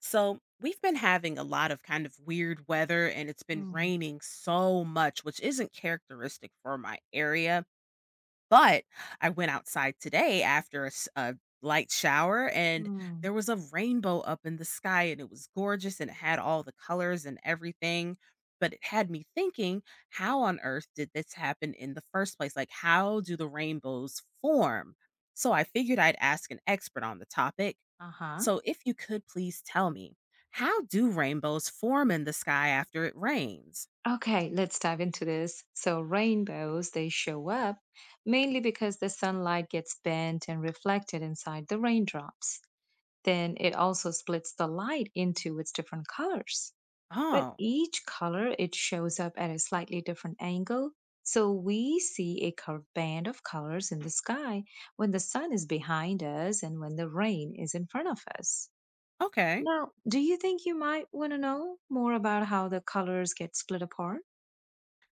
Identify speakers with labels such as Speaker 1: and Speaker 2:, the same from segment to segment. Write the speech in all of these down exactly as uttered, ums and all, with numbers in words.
Speaker 1: So we've been having a lot of kind of weird weather and it's been
Speaker 2: Mm,
Speaker 1: raining so much, which isn't characteristic for my area. But I went outside today after a, s- a light shower, and
Speaker 2: mm.
Speaker 1: there was a rainbow up in the sky and it was gorgeous and it had all the colors and everything. But it had me thinking, how on earth did this happen in the first place? Like, how do the rainbows form? So I figured I'd ask an expert on the topic,
Speaker 2: Uh-huh.
Speaker 1: so, if you could please tell me, how do rainbows form in the sky after it rains?
Speaker 2: Okay, let's dive into this. So, rainbows, they show up mainly because the sunlight gets bent and reflected inside the raindrops. Then it also splits the light into its different colors. But
Speaker 1: Oh,
Speaker 2: each color, it shows up at a slightly different angle. So we see a curved band of colors in the sky when the sun is behind us and when the rain is in front of us.
Speaker 1: okay.
Speaker 2: Now, do you think you might want to know more about how the colors get split apart?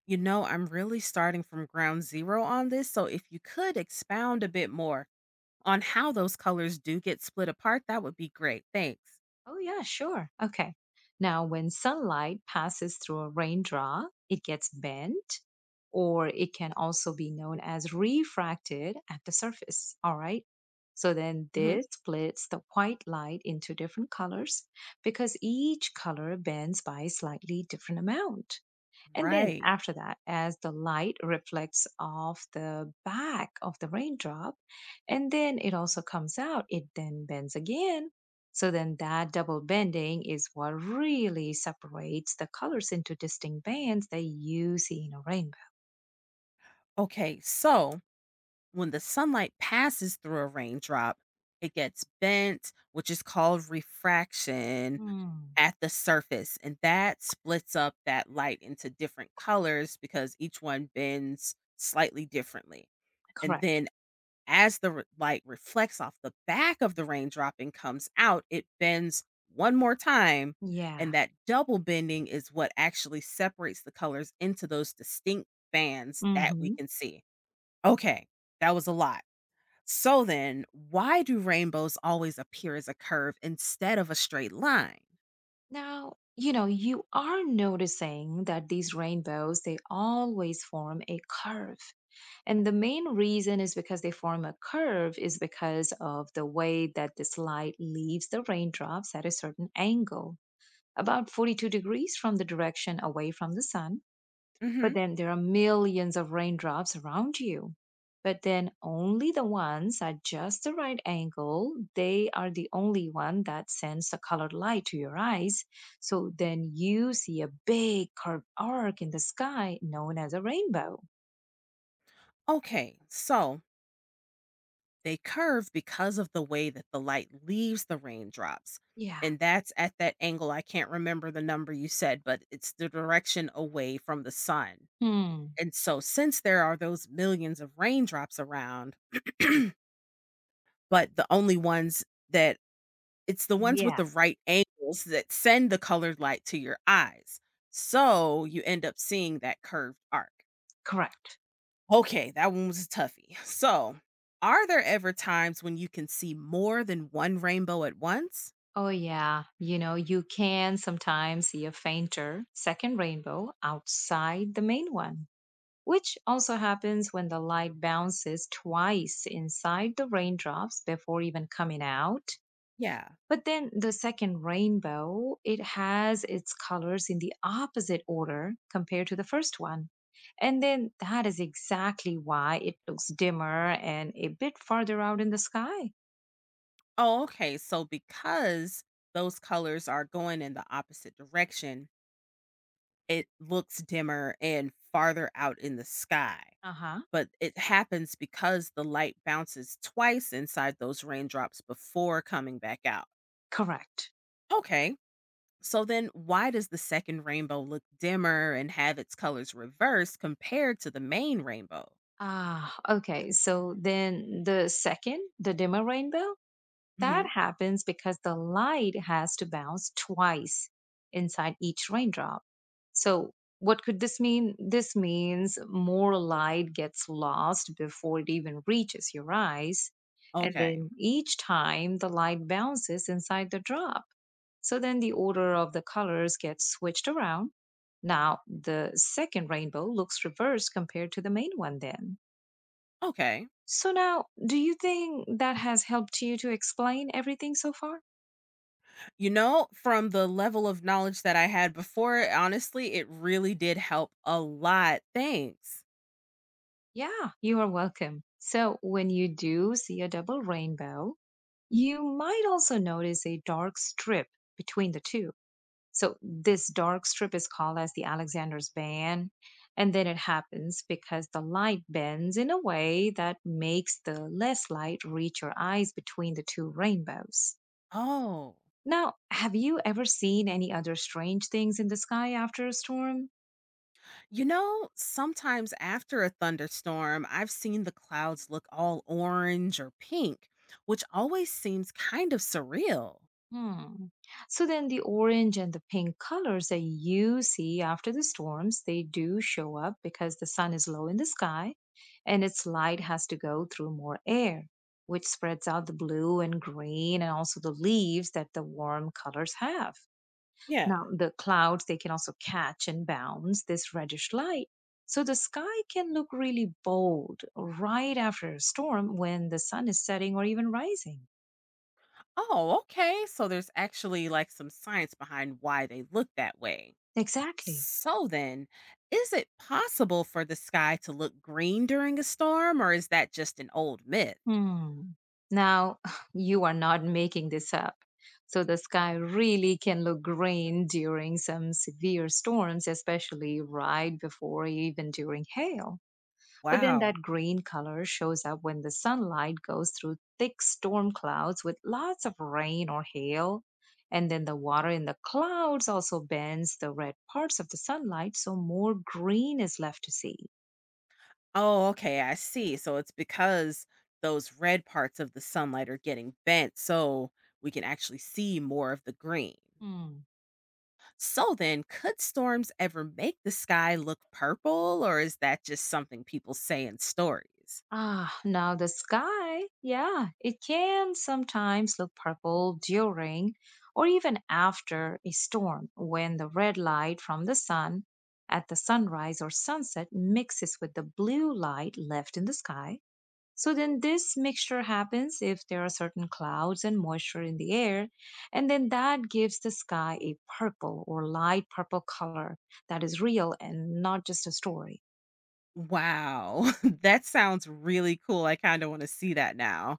Speaker 1: You know, I'm really starting from ground zero on this. So, if you could expound a bit more on how those colors do get split apart, that would be great. Thanks.
Speaker 2: Oh, yeah, sure. Okay. Now, when sunlight passes through a raindrop, it gets bent, or it can also be known as refracted at the surface. All right. So then
Speaker 1: hmm
Speaker 2: this splits the white light into different colors because each color bends by a slightly different amount. And then
Speaker 1: Right.
Speaker 2: after that, as the light reflects off the back of the raindrop, and then it also comes out, it then bends again. So then that double bending is what really separates the colors into distinct bands that you see in a rainbow.
Speaker 1: Okay. So, when the sunlight passes through a raindrop, it gets bent, which is called refraction,
Speaker 2: Hmm,
Speaker 1: at the surface, and that splits up that light into different colors because each one bends slightly differently. And
Speaker 2: correct.
Speaker 1: then as the re- light reflects off the back of the raindrop and comes out, it bends one more time. And
Speaker 2: Yeah.
Speaker 1: that double bending is what actually separates the colors into those distinct bands that we
Speaker 2: hmm
Speaker 1: can see. Okay, that was a lot. So then, why do rainbows always appear as a curve instead of a straight line?
Speaker 2: Now, you know, you are noticing that these rainbows, they always form a curve. And the main reason is because they form a curve is because of the way that this light leaves the raindrops at a certain angle, about forty-two degrees from the direction away from the sun. But then there are millions of raindrops around you. But then only the ones at just the right angle, they are the only one that sends the colored light to your eyes. So then you see a big curved arc in the sky known as a rainbow.
Speaker 1: Okay, so they curve because of the way that the light leaves the raindrops.
Speaker 2: Yeah.
Speaker 1: And that's at that angle. I can't remember the number you said, but it's the direction away from the sun.
Speaker 2: Hmm.
Speaker 1: And so, since there are those millions of raindrops around, but the only ones that it's the ones with
Speaker 2: Yeah.
Speaker 1: the right angles that send the colored light to your eyes. So, you end up seeing that curved arc.
Speaker 2: Correct.
Speaker 1: Okay, that one was a toughie. So, are there ever times when you can see more than one rainbow at once?
Speaker 2: Oh, yeah. You know, you can sometimes see a fainter second rainbow outside the main one, which also happens when the light bounces twice inside the raindrops before even coming out.
Speaker 1: Yeah.
Speaker 2: But then the second rainbow, it has its colors in the opposite order compared to the first one. And then that is exactly why it looks dimmer and a bit farther out in the sky.
Speaker 1: Oh, okay. So, because those colors are going in the opposite direction, it looks dimmer and farther out in the sky.
Speaker 2: Uh huh.
Speaker 1: But it happens because the light bounces twice inside those raindrops before coming back out.
Speaker 2: Correct.
Speaker 1: Okay. So then why does the second rainbow look dimmer and have its colors reversed compared to the main rainbow?
Speaker 2: Ah, okay. So then the second, the dimmer rainbow, that
Speaker 1: Mhm.
Speaker 2: happens because the light has to bounce twice inside each raindrop. So what could this mean? This means more light gets lost before it even reaches your eyes. And
Speaker 1: Okay.
Speaker 2: then each time the light bounces inside the drop. So then the order of the colors gets switched around. Now the second rainbow looks reversed compared to the main one then.
Speaker 1: Okay.
Speaker 2: So now, do you think that has helped you to explain everything so far?
Speaker 1: You know, from the level of knowledge that I had before, honestly, it really did help a lot. Thanks.
Speaker 2: Yeah, you are welcome. So, when you do see a double rainbow, you might also notice a dark strip between the two. So, this dark strip is called as the Alexander's band. And then it happens because the light bends in a way that makes the less light reach your eyes between the two rainbows.
Speaker 1: Oh.
Speaker 2: Now, have you ever seen any other strange things in the sky after a storm?
Speaker 1: You know, sometimes after a thunderstorm, I've seen the clouds look all orange or pink, which always seems kind of surreal.
Speaker 2: Hmm. So then the orange and the pink colors that you see after the storms, they do show up because the sun is low in the sky and its light has to go through more air, which spreads out the blue and green and also the leaves that the warm colors have.
Speaker 1: Yeah.
Speaker 2: Now, the clouds, they can also catch and bounce this reddish light. So the sky can look really bold right after a storm when the sun is setting or even rising.
Speaker 1: Oh, okay. So there's actually like some science behind why they look that way.
Speaker 2: Exactly.
Speaker 1: So then, is it possible for the sky to look green during a storm, or is that just an old myth?
Speaker 2: Hmm. Now, you are not making this up. So the sky really can look green during some severe storms, especially right before or even during hail. But then
Speaker 1: Wow.
Speaker 2: that green color shows up when the sunlight goes through thick storm clouds with lots of rain or hail. And then the water in the clouds also bends the red parts of the sunlight, so more green is left to see.
Speaker 1: Oh, okay, I see. So it's because those red parts of the sunlight are getting bent, so we can actually see more of the green. So then, could storms ever make the sky look purple, or is that just something people say in stories?
Speaker 2: Ah, now the sky. Yeah, it can sometimes look purple during or even after a storm when the red light from the sun at the sunrise or sunset mixes with the blue light left in the sky. So then this mixture happens if there are certain clouds and moisture in the air, and then that gives the sky a purple or light purple color that is real and not just a story.
Speaker 1: Wow, that sounds really cool. I kind of want to see that now.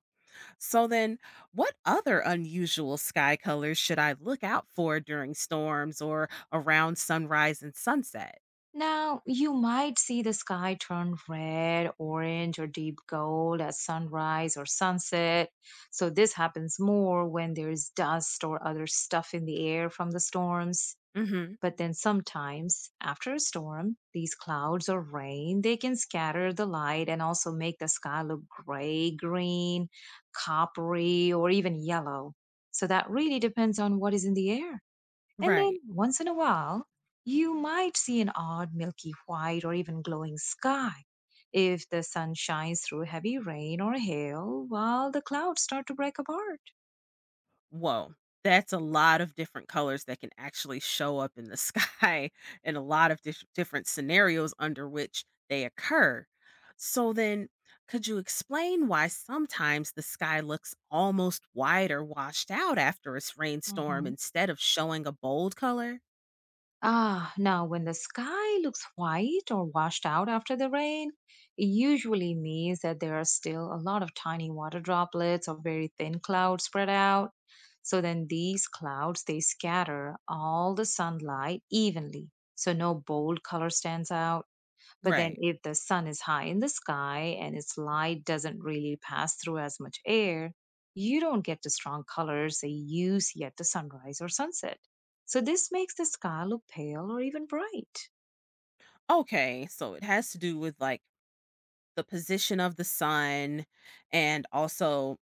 Speaker 1: So then, what other unusual sky colors should I look out for during storms or around sunrise and sunset?
Speaker 2: Now, you might see the sky turn red, orange, or deep gold at sunrise or sunset. So, this happens more when there's dust or other stuff in the air from the storms.
Speaker 1: hmm
Speaker 2: But then sometimes, after a storm, these clouds or rain, they can scatter the light and also make the sky look gray, green, coppery, or even yellow. So, that really depends on what is in the air. And
Speaker 1: Right.
Speaker 2: then once in a while, you might see an odd milky white or even glowing sky if the sun shines through heavy rain or hail while the clouds start to break apart.
Speaker 1: Whoa. That's a lot of different colors that can actually show up in the sky, and a lot of dif- different scenarios under which they occur. So then, could you explain why sometimes the sky looks almost white or washed out after a s- rainstorm
Speaker 2: Mhm.
Speaker 1: instead of showing a bold color?
Speaker 2: Ah, now when the sky looks white or washed out after the rain, it usually means that there are still a lot of tiny water droplets or very thin clouds spread out. So then these clouds they scatter all the sunlight evenly. So no bold color stands out. But then,
Speaker 1: Right.
Speaker 2: if the sun is high in the sky and its light doesn't really pass through as much air, you don't get the strong colors that you see at the sunrise or sunset. So, this makes the sky look pale or even bright.
Speaker 1: Okay, so it has to do with like the position of the sun and also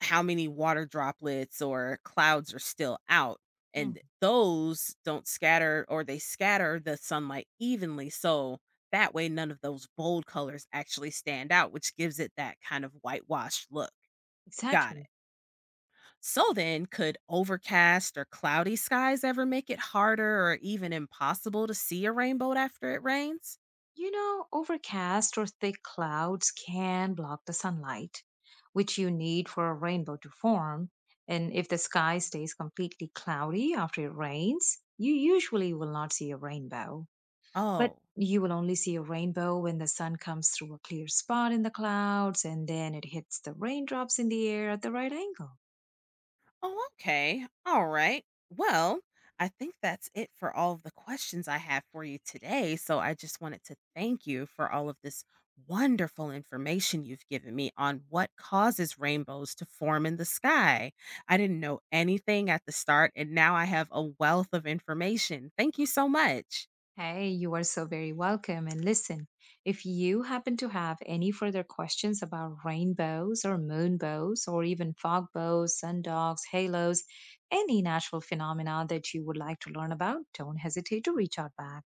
Speaker 1: how many water droplets or clouds are still out.
Speaker 2: Hmm.
Speaker 1: And those don't scatter, or they scatter the sunlight evenly. So that way, none of those bold colors actually stand out, which gives it that kind of whitewashed look. Got it.
Speaker 2: Exactly.
Speaker 1: So then, could overcast or cloudy skies ever make it harder or even impossible to see a rainbow after it rains?
Speaker 2: You know, overcast or thick clouds can block the sunlight, which you need for a rainbow to form. And if the sky stays completely cloudy after it rains, you usually will not see a rainbow. But
Speaker 1: Oh,
Speaker 2: you will only see a rainbow when the sun comes through a clear spot in the clouds and then it hits the raindrops in the air at the right angle.
Speaker 1: Oh, okay. All right. Well, I think that's it for all of the questions I have for you today. So I just wanted to thank you for all of this wonderful information you've given me on what causes rainbows to form in the sky. I didn't know anything at the start, and now I have a wealth of information. Thank you so much.
Speaker 2: Hey, you are so very welcome. And listen, if you happen to have any further questions about rainbows or moonbows or even fog bows, sun dogs, halos, any natural phenomena that you would like to learn about, don't hesitate to reach out back.